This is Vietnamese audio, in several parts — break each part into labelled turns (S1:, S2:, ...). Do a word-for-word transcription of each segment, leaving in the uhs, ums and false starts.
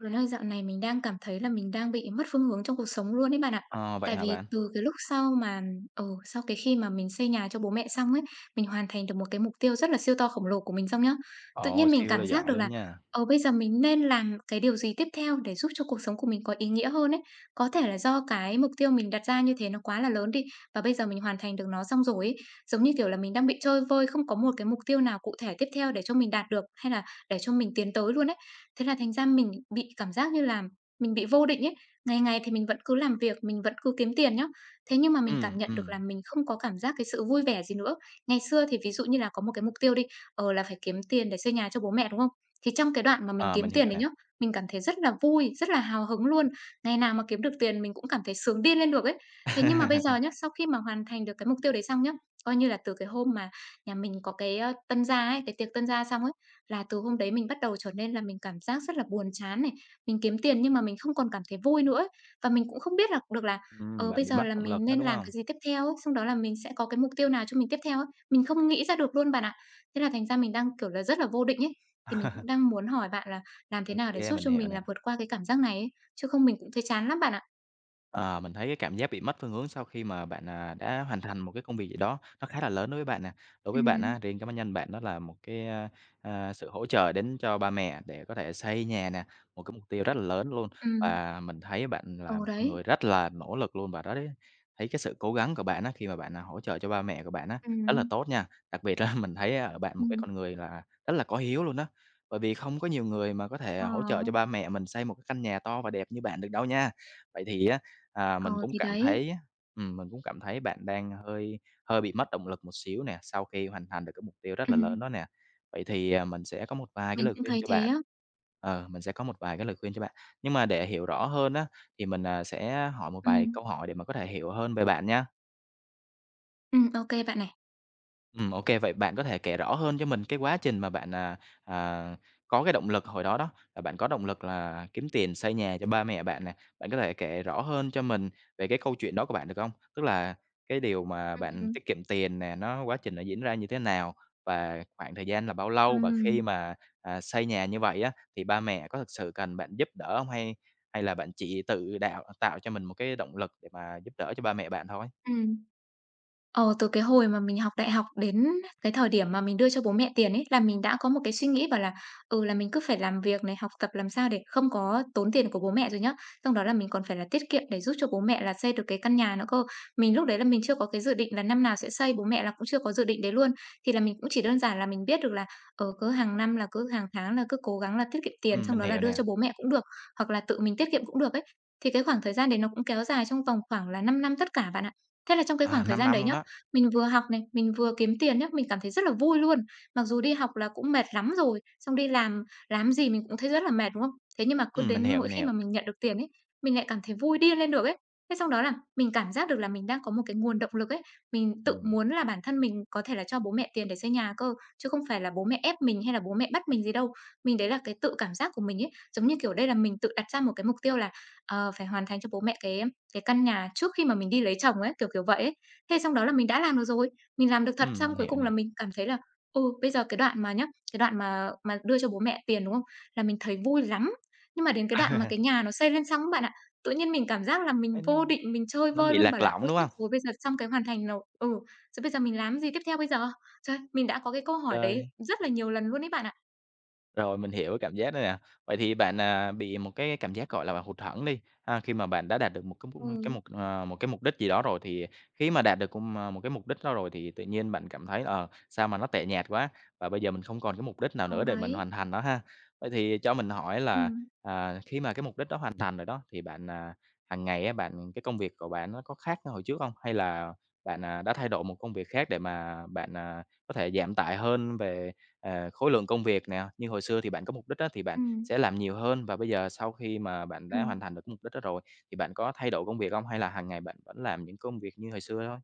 S1: Đúng là dạo này mình đang cảm thấy là mình đang bị mất phương hướng trong cuộc sống luôn ấy bạn ạ.
S2: Ờ, vậy
S1: Tại
S2: hả
S1: vì
S2: bạn?
S1: từ cái lúc sau mà ừ, sau cái khi mà mình xây nhà cho bố mẹ xong ấy, mình hoàn thành được một cái mục tiêu rất là siêu to khổng lồ của mình xong nhá. Tự
S2: Ồ,
S1: nhiên mình
S2: siêu là
S1: cảm giác
S2: giỏi
S1: được
S2: luôn
S1: là
S2: nha.
S1: ờ bây giờ mình nên làm cái điều gì tiếp theo để giúp cho cuộc sống của mình có ý nghĩa hơn ấy. Có thể là do cái mục tiêu mình đặt ra như thế nó quá là lớn đi và bây giờ mình hoàn thành được nó xong rồi ấy, giống như kiểu là mình đang bị chơi vơi không có một cái mục tiêu nào cụ thể tiếp theo để cho mình đạt được hay là để cho mình tiến tới luôn ấy. Thế là thành ra mình bị cảm giác như là mình bị vô định ấy. Ngày ngày thì mình vẫn cứ làm việc, mình vẫn cứ kiếm tiền nhá. Thế nhưng mà mình cảm
S2: Ừm,
S1: nhận được
S2: ừm,
S1: là mình không có cảm giác cái sự vui vẻ gì nữa. Ngày xưa thì ví dụ như là có một cái mục tiêu đi, ờ, là phải kiếm tiền để xây nhà cho bố mẹ, đúng không? Thì trong cái đoạn mà mình
S2: ờ,
S1: kiếm
S2: mình hiểu
S1: tiền đấy
S2: nè.
S1: nhá, mình cảm thấy rất là vui, rất là hào hứng luôn. Ngày nào mà kiếm được tiền mình cũng cảm thấy sướng điên lên được ấy. Thế nhưng mà bây giờ nhá, sau khi mà hoàn thành được cái mục tiêu đấy xong nhá, coi như là từ cái hôm mà nhà mình có cái, ơ, tân gia ấy, cái tiệc tân gia xong ấy, là từ hôm đấy mình bắt đầu trở nên là mình cảm giác rất là buồn chán này, mình kiếm tiền nhưng mà mình không còn cảm thấy vui nữa ấy. Và mình cũng không biết là được là,
S2: Ừm,
S1: ờ, bây
S2: bạn bị
S1: giờ
S2: mất
S1: là
S2: động lực
S1: mình
S2: đó,
S1: nên
S2: đúng
S1: làm
S2: hông?
S1: cái gì tiếp theo ấy, xong đó là mình sẽ có cái mục tiêu nào cho mình tiếp theo ấy, mình không nghĩ ra được luôn bạn ạ. Thế là thành ra mình đang, kiểu là, rất là vô định ấy, thì mình cũng đang muốn hỏi bạn là làm thế nào để
S2: OK,
S1: giúp
S2: mình
S1: cho
S2: hiểu
S1: mình là
S2: nè.
S1: vượt qua cái cảm giác này ấy, chứ không mình cũng thấy chán lắm bạn ạ.
S2: Ờ, mình thấy cái cảm giác bị mất phương hướng sau khi mà bạn, à, đã hoàn thành một cái công việc gì đó nó khá là lớn đối với bạn nè. Đối với bạn
S1: Ừm,
S2: á, riêng cá nhân bạn đó là một cái, a, a, sự hỗ trợ đến cho ba mẹ để có thể xây nhà nè, một cái mục tiêu rất là lớn luôn.
S1: ừm,
S2: Và mình thấy bạn là
S1: ừ,
S2: một
S1: đấy,
S2: người rất là nỗ lực luôn và đó đấy thấy cái sự cố gắng của bạn á, khi mà bạn, à, hỗ trợ cho ba mẹ của bạn á,
S1: ừm,
S2: rất là tốt nha. Đặc biệt là mình thấy ở bạn một cái
S1: ừm,
S2: con người là rất là có hiếu luôn đó, bởi vì không có nhiều người mà có thể
S1: ờ,
S2: hỗ trợ cho ba mẹ mình xây một cái căn nhà to và đẹp như bạn được đâu nha. Vậy thì á, À,
S1: ờ,
S2: mình cũng
S1: thì
S2: cảm
S1: đấy,
S2: thấy á, ừm, mình cũng cảm thấy bạn đang hơi hơi bị mất động lực một xíu nè, sau khi hoàn thành được cái mục tiêu rất là lớn
S1: ừm,
S2: đó nè. Vậy thì, à, mình sẽ có một vài cái
S1: mình
S2: lời
S1: cũng
S2: khuyên
S1: thấy
S2: cho
S1: thế
S2: bạn.
S1: á.
S2: Ờ, mình sẽ có một vài cái lời khuyên cho bạn. Nhưng mà để hiểu rõ hơn á, thì mình, à, sẽ hỏi một vài
S1: Ừm,
S2: câu hỏi để mà có thể hiểu hơn về bạn nha.
S1: ừm, ô bạn này.
S2: Ừm, ô, vậy bạn có thể kể rõ hơn cho mình cái quá trình mà bạn, à, à, có cái động lực hồi đó đó, là bạn có động lực là kiếm tiền xây nhà cho ba mẹ bạn nè. Bạn có thể kể rõ hơn cho mình về cái câu chuyện đó của bạn được không? Tức là cái điều mà bạn
S1: Ừm,
S2: tiết kiệm tiền nè, nó quá trình nó diễn ra như thế nào? Và khoảng thời gian là bao lâu? Và khi
S1: ừm,
S2: mà, à, xây nhà như vậy á, thì ba mẹ có thực sự cần bạn giúp đỡ không? Hay hay là bạn chỉ tự đạo tạo cho mình một cái động lực để mà giúp đỡ cho ba mẹ bạn thôi?
S1: ừm. Ờ, từ cái hồi mà mình học đại học đến cái thời điểm mà mình đưa cho bố mẹ tiền ấy, là mình đã có một cái suy nghĩ bảo là, ừ, là mình cứ phải làm việc này, học tập làm sao để không có tốn tiền của bố mẹ rồi nhá. Trong đó là mình còn phải là tiết kiệm để giúp cho bố mẹ là xây được cái căn nhà nữa cơ. Mình lúc đấy là mình chưa có cái dự định là năm nào sẽ xây, bố mẹ là cũng chưa có dự định đấy luôn. Thì là mình cũng chỉ đơn giản là mình biết được là, ở cứ hàng năm là cứ hàng tháng là cứ cố gắng là tiết kiệm tiền,
S2: Ừm,
S1: xong
S2: mình
S1: đó là
S2: hiểu
S1: đưa
S2: nè.
S1: cho bố mẹ cũng được, hoặc là tự mình tiết kiệm cũng được ấy. Thì cái khoảng thời gian đấy nó cũng kéo dài trong vòng khoảng là 5 năm tất cả bạn ạ. Thế là trong cái
S2: À,
S1: khoảng
S2: 5
S1: thời
S2: năm
S1: gian
S2: năm
S1: đấy
S2: luôn
S1: nhá,
S2: đó.
S1: mình vừa học này, mình vừa kiếm tiền nhá, mình cảm thấy rất là vui luôn. Mặc dù đi học là cũng mệt lắm rồi, xong đi làm làm gì mình cũng thấy rất là mệt, đúng không? Thế nhưng mà cứ
S2: Ừm, mình
S1: đến
S2: hiểu,
S1: mỗi
S2: mình
S1: khi
S2: hiểu.
S1: mà mình nhận được tiền ấy, mình lại cảm thấy vui điên lên được ấy. Thế xong đó là mình cảm giác được là mình đang có một cái nguồn động lực ấy, mình tự
S2: Ừm,
S1: muốn là bản thân mình có thể là cho bố mẹ tiền để xây nhà cơ, chứ không phải là bố mẹ ép mình hay là bố mẹ bắt mình gì đâu. Mình đấy là cái tự cảm giác của mình ấy, giống như, kiểu, đây là mình tự đặt ra một cái mục tiêu là, ờ, phải hoàn thành cho bố mẹ cái cái căn nhà trước khi mà mình đi lấy chồng ấy, kiểu, kiểu vậy ấy. Thế xong đó là mình đã làm được rồi, mình làm được thật,
S2: ừm,
S1: xong
S2: mình
S1: cuối
S2: hiểu
S1: cùng là
S2: nè.
S1: mình cảm thấy là, ừ, bây giờ cái đoạn mà nhá, cái đoạn mà mà đưa cho bố mẹ tiền, đúng không? Là mình thấy vui lắm, nhưng mà đến cái đoạn mà cái nhà nó xây lên xong á bạn ạ, tự nhiên mình cảm giác là mình
S2: Thấy nó
S1: vô định, mình chơi
S2: nó
S1: vơi
S2: bị
S1: luôn, bảo
S2: lạc
S1: là
S2: lõng,
S1: "Ôi,
S2: đúng
S1: chết
S2: không?
S1: rồi, bây giờ xong cái hoàn thành nầu" ừ, "Rồi bây giờ mình làm gì tiếp theo bây giờ?" Trời, mình đã có cái câu hỏi đấy
S2: Chơi
S1: rất là nhiều lần luôn ấy bạn ạ.
S2: Rồi, mình hiểu cái cảm giác đó nè. Vậy thì bạn, à, bị một cái cảm giác, gọi là, hụt hẫng đi, ha, khi mà bạn đã đạt được một cái mục cái
S1: Ừm.
S2: mục ờ, một cái mục đích gì đó rồi thì khi mà đạt được cũng mà một cái mục đích đó rồi thì tự nhiên bạn cảm thấy, ờ, sao mà nó tẻ nhạt quá, và bây giờ mình không còn cái mục đích nào
S1: Ừ,
S2: nữa để mình
S1: đấy.
S2: hoàn thành nó ha. Vậy thì cho mình hỏi
S1: Ừ,
S2: là, à, khi mà cái mục đích đó hoàn thành rồi đó thì bạn, à, hàng ngày á, bạn cái công việc của bạn nó có khác hồi trước không? Hay là bạn, à, đã thay đổi một công việc khác để mà bạn, à, có thể giảm tải hơn về Ờ, khối lượng công việc nè, như hồi xưa thì bạn có mục đích á, thì bạn
S1: ừ,
S2: sẽ làm nhiều hơn, và bây giờ sau khi mà bạn đã
S1: ừm.
S2: hoàn thành được cái mục đích đó rồi, thì bạn có thay đổi công việc không? Hay là hàng ngày bạn vẫn làm những công việc như hồi xưa thôi?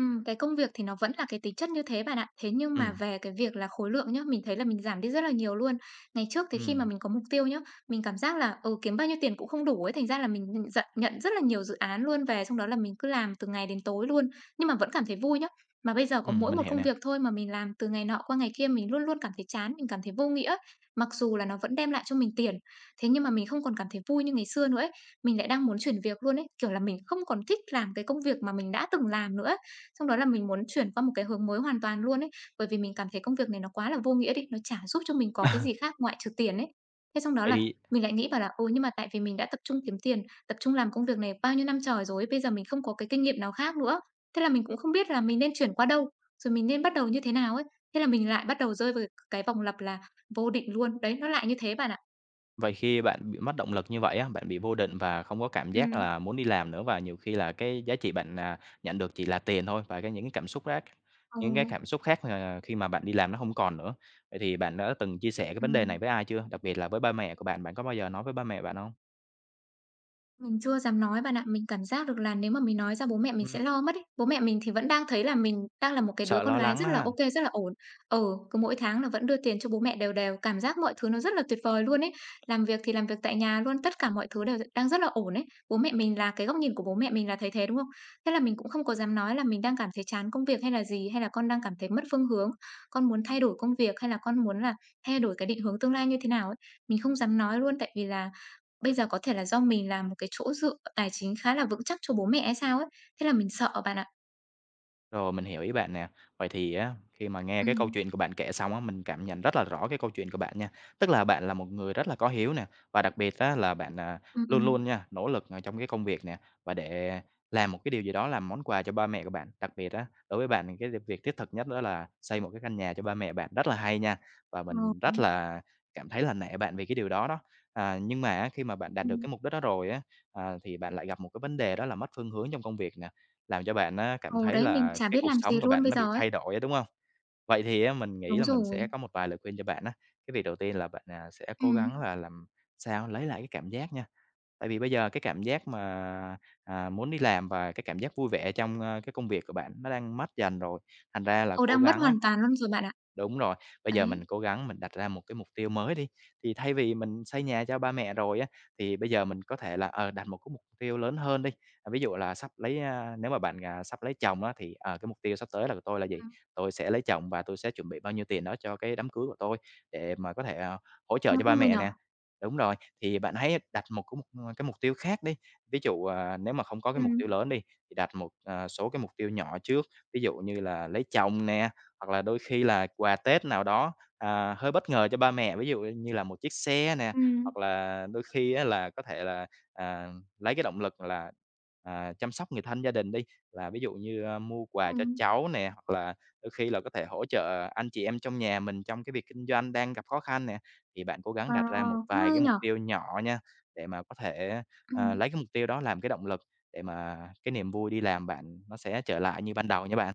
S1: Ừm, cái công việc thì nó vẫn là cái tính chất như thế bạn ạ. Thế nhưng mà
S2: Ừm,
S1: về cái việc là khối lượng nhá, mình thấy là mình giảm đi rất là nhiều luôn. Ngày trước thì khi mà
S2: ừm,
S1: mình có mục tiêu nhá, mình cảm giác là, ừ, kiếm bao nhiêu tiền cũng không đủ ấy, thành ra là mình giận nhận rất là nhiều dự án luôn về, xong đó là mình cứ làm từ ngày đến tối luôn, nhưng mà vẫn cảm thấy vui nhá. Mà bây giờ có
S2: ừm,
S1: mỗi
S2: mình
S1: một
S2: hiểu
S1: công
S2: nè.
S1: việc thôi mà mình làm từ ngày nọ qua ngày kia, mình luôn luôn cảm thấy chán, mình cảm thấy vô nghĩa. Mặc dù là nó vẫn đem lại cho mình tiền, thế nhưng mà mình không còn cảm thấy vui như ngày xưa nữa ấy. Mình lại đang muốn chuyển việc luôn ấy, kiểu là mình không còn thích làm cái công việc mà mình đã từng làm nữa. Xong đó là mình muốn chuyển qua một cái hướng mới hoàn toàn luôn ấy, bởi vì mình cảm thấy công việc này nó quá là vô nghĩa đi, nó chả giúp cho mình có cái gì khác ngoại trừ tiền ấy. Thế xong đó
S2: Vậy
S1: là
S2: thì
S1: mình lại nghĩ bảo là, ừ, nhưng mà tại vì mình đã tập trung kiếm tiền, tập trung làm công việc này bao nhiêu năm trời rồi, bây giờ mình không có cái kinh nghiệm nào khác nữa, thế là mình cũng không biết là mình nên chuyển qua đâu, rồi mình nên bắt đầu như thế nào ấy. Thế là mình lại bắt đầu rơi vào cái vòng lặp là vô định luôn. Đấy, nó lại như thế bạn ạ.
S2: Vậy khi bạn bị mất động lực như vậy á, bạn bị vô định và không có cảm giác
S1: Ừm.
S2: là muốn đi làm nữa, và nhiều khi là cái giá trị bạn, à, nhận được chỉ là tiền thôi, và cái những cái cảm xúc khác
S1: Ừ,
S2: những cái cảm xúc khác, ờ, khi mà bạn đi làm nó không còn nữa. Vậy thì bạn đã từng chia sẻ cái vấn đề này
S1: ừm.
S2: với ai chưa? Đặc biệt là với ba mẹ của bạn, bạn có bao giờ nói với ba mẹ bạn không?
S1: Mình chưa dám nói bạn ạ. Mình cảm giác được là nếu mà mình nói ra bố mẹ mình sẽ
S2: Ừm,
S1: lo mất ấy. Bố mẹ mình thì vẫn đang thấy là mình đang là một cái đứa
S2: Sợ
S1: con
S2: lo
S1: gái
S2: lắng
S1: rất
S2: đó
S1: là
S2: ha.
S1: ok rất là ổn. Ừ, cứ mỗi tháng là vẫn đưa tiền cho bố mẹ đều đều, cảm giác mọi thứ nó rất là tuyệt vời luôn ấy. Làm việc thì làm việc tại nhà luôn, tất cả mọi thứ đều đang rất là ổn ấy. Bố mẹ mình là cái góc nhìn của bố mẹ mình là thấy thế, đúng không? Thế là mình cũng không có dám nói là mình đang cảm thấy chán công việc hay là gì, hay là con đang cảm thấy mất phương hướng, con muốn thay đổi công việc hay là con muốn là thay đổi cái định hướng tương lai như thế nào ấy. Mình không dám nói luôn tại vì là bây giờ có thể là do mình là một cái chỗ dựa tài chính khá là vững chắc cho bố mẹ hay sao ấy, thế là mình sợ bạn ạ.
S2: Rồi, mình hiểu ý bạn nè. Vậy thì á, khi mà nghe cái câu
S1: Ừm.
S2: chuyện của bạn kể xong á, mình cảm nhận rất là rõ cái câu chuyện của bạn nha. Tức là bạn là một người rất là có hiếu nè, và đặc biệt á là bạn, à,
S1: Ừm,
S2: luôn luôn
S1: ừm.
S2: nha, nỗ lực, ờ, trong cái công việc nè, và để làm một cái điều gì đó, làm món quà cho ba mẹ của bạn. Đặc biệt á, đối với bạn thì cái việc việc thiết thực nhất đó là xây một cái căn nhà cho ba mẹ bạn, rất là hay nha, và
S1: Ờ,
S2: mình rất là cảm thấy là nể bạn vì cái điều đó đó. À, nhưng mà á, khi mà bạn đạt được
S1: ừm.
S2: cái mục đích đó rồi á, à, thì bạn lại gặp một cái vấn đề đó là mất phương hướng trong công việc nè, làm cho bạn á
S1: Ừ,
S2: cảm thấy
S1: đấy, mình
S2: là
S1: chả
S2: cái
S1: biết
S2: cuộc
S1: làm gì
S2: sống của
S1: luôn
S2: bạn
S1: bây
S2: nó bị
S1: giờ ấy.
S2: thay đổi á, đúng không? Vậy thì á, mình nghĩ
S1: Đúng
S2: là mình
S1: rồi.
S2: sẽ có một vài lời khuyên cho bạn á. Cái việc đầu tiên là bạn, à, sẽ cố gắng
S1: Ừm.
S2: là làm sao lấy lại cái cảm giác nha. Tại vì bây giờ cái cảm giác mà, à, muốn đi làm và cái cảm giác vui vẻ trong, ơ, cái công việc của bạn nó đang mất dần rồi, thành ra là
S1: Ừ,
S2: cố
S1: đang mất
S2: gắng
S1: hoàn
S2: á.
S1: toàn luôn rồi bạn ạ.
S2: Đúng rồi, bây giờ
S1: Đấy.
S2: mình cố gắng mình đặt ra một cái mục tiêu mới đi, thì thay vì mình xây nhà cho ba mẹ rồi á, thì bây giờ mình có thể là, ờ, đặt một cái mục tiêu lớn hơn đi. À, ví dụ là sắp lấy, a nếu mà bạn, à, sắp lấy chồng á, thì, ờ, cái mục tiêu sắp tới là của tôi là gì?
S1: Ừm.
S2: Tôi sẽ lấy chồng và tôi sẽ chuẩn bị bao nhiêu tiền đó cho cái đám cưới của tôi để mà có thể, ờ, hỗ
S1: Ờ,
S2: trợ cho ba
S1: cũng vui nhỉ?
S2: mẹ nè. Đúng rồi, thì bạn hãy đặt một cái mục, ờ, cái mục tiêu khác đi. Ví dụ, à, nếu mà không có cái mục tiêu
S1: Ừm.
S2: lớn đi, thì đặt một, ờ, số cái mục tiêu nhỏ trước, ví dụ như là lấy chồng nè, hoặc là đôi khi là quà Tết nào đó, à, hơi bất ngờ cho ba mẹ, ví dụ như là một chiếc xe nè,
S1: Ừm.
S2: hoặc là đôi khi á là có thể là, à, lấy cái động lực là, à, chăm sóc người thân gia đình đi, là ví dụ như, a, mua quà cho
S1: Ừm.
S2: cháu nè, hoặc là đôi khi là có thể hỗ trợ anh chị em trong nhà mình trong cái việc kinh doanh đang gặp khó khăn nè. Thì bạn cố gắng
S1: Ờ,
S2: đặt ra một
S1: cũng
S2: vài
S1: hay
S2: cái
S1: nhỉ?
S2: mục tiêu nhỏ nha, để mà có thể, à,
S1: Ừm.
S2: lấy cái mục tiêu đó làm cái động lực để mà cái niềm vui đi làm bạn nó sẽ trở lại như ban đầu nha bạn.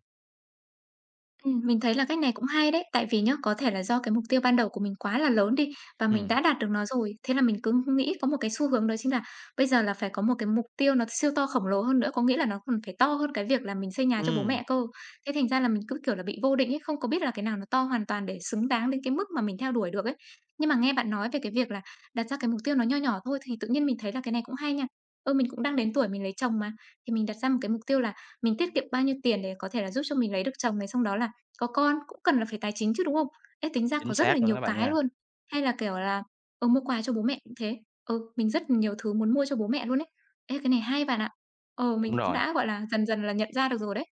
S1: Ừm, mình thấy là cách này cũng hay đấy, tại vì nhá, có thể là do cái mục tiêu ban đầu của mình quá là lớn đi và mình
S2: Ừ,
S1: đã đạt được nó rồi, thế là mình cứ nghĩ có một cái xu hướng đó chính là bây giờ là phải có một cái mục tiêu nó siêu to khổng lồ hơn nữa, có nghĩa là nó còn phải to hơn cái việc là mình xây nhà cho bố
S2: ừ.
S1: mẹ cơ. Thế thành ra là mình cứ, kiểu là, bị vô định ấy, không có biết là cái nào nó to hoàn toàn để xứng đáng đến cái mức mà mình theo đuổi được ấy. Nhưng mà nghe bạn nói về cái việc là đặt ra cái mục tiêu nó nho nhỏ thôi thì tự nhiên mình thấy là cái này cũng hay nha. Ừ, mình cũng đang đến tuổi mình lấy chồng mà, thì mình đặt ra một cái mục tiêu là mình tiết kiệm bao nhiêu tiền để có thể là giúp cho mình lấy được chồng này, xong đó là có con cũng cần là phải tài chính chứ, đúng không? Ê, tính ra có
S2: Chính
S1: rất là
S2: xác luôn đó
S1: nhiều
S2: các bạn
S1: cái
S2: nha,
S1: luôn. Hay là, kiểu là, ờ, mua quà cho bố mẹ cũng thế. Ờ, mình rất nhiều thứ muốn mua cho bố mẹ luôn ấy. Ê, cái này hay bạn ạ. Ờ, mình
S2: đúng
S1: cũng
S2: rồi.
S1: đã, gọi là, dần dần là nhận ra được rồi đấy.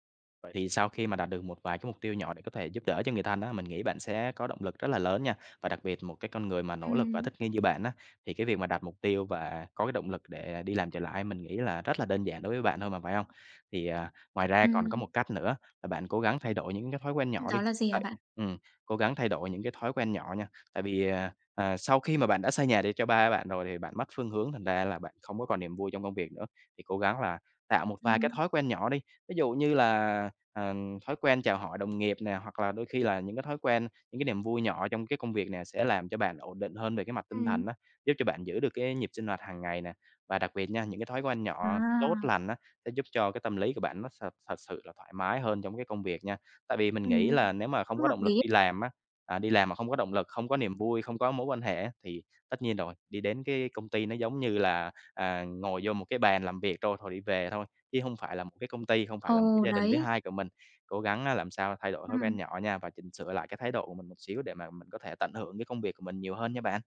S2: Vậy thì sau khi mà đạt được một vài cái mục tiêu nhỏ để có thể giúp đỡ cho người thân á, mình nghĩ bạn sẽ có động lực rất là lớn nha. Và đặc biệt một cái con người mà nỗ lực và
S1: Ừm,
S2: thích nghi như bạn á, thì cái việc mà đạt mục tiêu và có cái động lực để đi làm trở lại mình nghĩ là rất là đơn giản đối với bạn thôi mà, phải không? Thì à, ngoài ra còn có
S1: ừm.
S2: một cách nữa là bạn cố gắng thay đổi những cái thói quen nhỏ đi.
S1: Đó là gì hả
S2: Tại,
S1: bạn?
S2: ừ, cố gắng thay đổi những cái thói quen nhỏ nha. Tại vì à, à, sau khi mà bạn đã xây nhà để cho ba bạn rồi thì bạn mất phương hướng, thành ra là bạn không có còn niềm vui trong công việc nữa. Thì cố gắng là tạo một vài cái
S1: Ừm.
S2: thói quen nhỏ đi. Ví dụ như là ờ, thói quen chào hỏi đồng nghiệp nè, hoặc là đôi khi là những cái thói quen, những cái niềm vui nhỏ trong cái công việc nè sẽ làm cho bạn ổn định hơn về cái mặt tinh
S1: Ừm.
S2: thần đó, giúp cho bạn giữ được cái nhịp sinh hoạt hàng ngày nè. Và đặc biệt nha, những cái thói quen nhỏ tốt
S1: À,
S2: lành á sẽ giúp cho cái tâm lý của bạn nó thật thật sự là thoải mái hơn trong cái công việc nha. Tại vì mình nghĩ
S1: ừm.
S2: là nếu mà không
S1: Cũng
S2: có
S1: hợp
S2: động lực
S1: lý.
S2: đi làm á, à, đi làm mà không có động lực, không có niềm vui, không có mối quan hệ á, thì tất nhiên rồi, đi đến cái công ty nó giống như là, à, ngồi vô một cái bàn làm việc rồi, thôi đi về thôi, chứ không phải là một cái công ty, không phải là một cái
S1: Ồ,
S2: gia đình
S1: đấy.
S2: thứ hai của mình. Cố gắng á làm sao thay đổi thói
S1: Ừm.
S2: quen nhỏ nha, và chỉnh sửa lại cái thái độ của mình một xíu để mà mình có thể tận hưởng cái công việc của mình nhiều hơn nha bạn.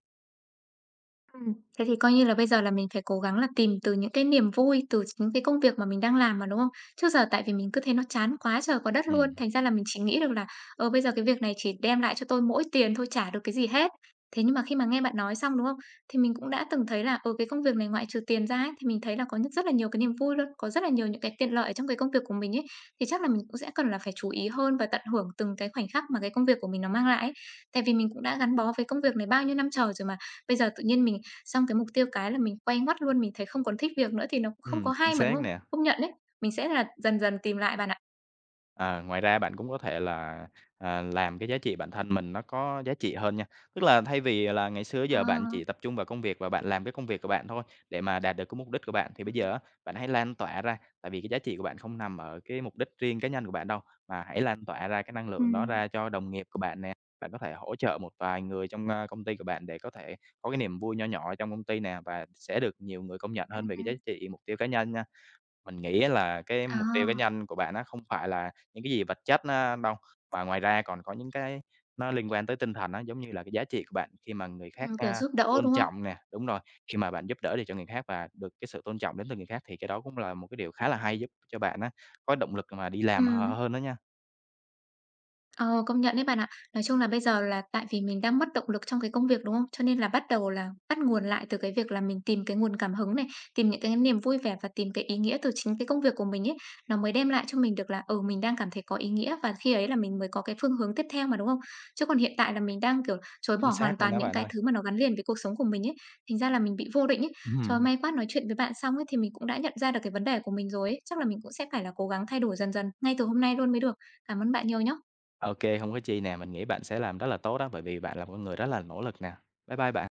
S1: Ừm, thế thì coi như là bây giờ là mình phải cố gắng là tìm từ những cái niềm vui từ chính cái công việc mà mình đang làm mà, đúng không? Trước giờ tại vì mình cứ thấy nó chán quá trời quá đất luôn,
S2: Ừ.
S1: thành ra là mình chỉ nghĩ được là, ờ, bây giờ cái việc này chỉ đem lại cho tôi mỗi tiền thôi, chả được cái gì hết. Thế nhưng mà khi mà nghe bạn nói xong, đúng không? Thì mình cũng đã từng thấy là, ừ, cái công việc này ngoại trừ tiền ra ấy, thì mình thấy là có những rất là nhiều cái niềm vui luôn, có rất là nhiều những cái tiện lợi trong cái công việc của mình ấy. Thì chắc là mình cũng sẽ cần là phải chú ý hơn và tận hưởng từng cái khoảnh khắc mà cái công việc của mình nó mang lại ấy. Tại vì mình cũng đã gắn bó với công việc này bao nhiêu năm trời rồi mà, bây giờ tự nhiên mình xong cái mục tiêu cái là mình quay ngoắt luôn, mình thấy không còn thích việc nữa thì nó cũng không
S2: Ừ.
S1: có
S2: Chính
S1: hay mà, đúng
S2: xác
S1: không?
S2: nè.
S1: Công nhận đấy, mình sẽ là dần dần tìm lại bạn ạ.
S2: Ờ, ngoài ra bạn cũng có thể là, à, làm cái giá trị bản thân mình nó có giá trị hơn nha. Tức là thay vì là ngày xưa
S1: Ờ.
S2: giờ bạn chỉ tập trung vào công việc và bạn làm cái công việc của bạn thôi để mà đạt được cái mục đích của bạn, thì bây giờ
S1: Ừm.
S2: á, bạn hãy lan tỏa ra, tại vì cái giá trị của bạn không nằm ở cái mục đích riêng cá nhân của bạn đâu, mà hãy lan tỏa ra cái năng lượng đó
S1: Ừm.
S2: ra cho đồng nghiệp của bạn nè. Bạn có thể hỗ trợ một vài người trong, a, công ty của bạn để có thể có cái niềm vui nho nhỏ trong công ty nè, và sẽ được nhiều người công nhận
S1: Ừm,
S2: hơn về cái giá
S1: ừm.
S2: trị mục tiêu cá nhân nha. Mình nghĩ là cái mục tiêu cá
S1: À,
S2: nhân của bạn nó không phải là những cái gì vật chất á đâu, mà ngoài ra còn có những cái nó liên quan tới tinh thần á, giống như là cái giá trị của bạn khi mà người khác,
S1: ừm, kiểu,
S2: a,
S1: giúp đỡ,
S2: tôn
S1: đúng không?
S2: trọng nè, đúng rồi, khi mà bạn giúp đỡ được cho người khác và được cái sự tôn trọng đến từ người khác thì cái đó cũng là một cái điều khá là hay giúp cho bạn á, có động lực mà đi làm h
S1: Ừm.
S2: hơn đó nha.
S1: Ờ, công nhận đấy bạn ạ. Nói chung là bây giờ là tại vì mình đang mất động lực trong cái công việc, đúng không? Cho nên là bắt đầu là bắt nguồn lại từ cái việc là mình tìm cái nguồn cảm hứng này, tìm những cái niềm vui vẻ và tìm cái ý nghĩa từ chính cái công việc của mình ấy, nó mới đem lại cho mình được là, ừ, mình đang cảm thấy có ý nghĩa và khi ấy là mình mới có cái phương hướng tiếp theo mà, đúng không? Chứ còn hiện tại là mình đang, kiểu, chối bỏ
S2: Chính
S1: hoàn
S2: xác luôn
S1: toàn
S2: đó
S1: những
S2: bạn
S1: cái
S2: ơi.
S1: thứ mà nó gắn liền với cuộc sống của mình ấy, thành ra là mình bị vô định ấy. Trời,
S2: Ừm,
S1: may quá nói chuyện với bạn xong ấy thì mình cũng đã nhận ra được cái vấn đề của mình rồi ấy, chắc là mình cũng sẽ phải là cố gắng thay đổi dần dần ngay từ hôm nay luôn mới được. Cảm ơn bạn nhiều nhá.
S2: ô kê, có chi nè, mình nghĩ bạn sẽ làm rất là tốt đó, bởi vì bạn là một người rất là nỗ lực nè. Bye bye bạn.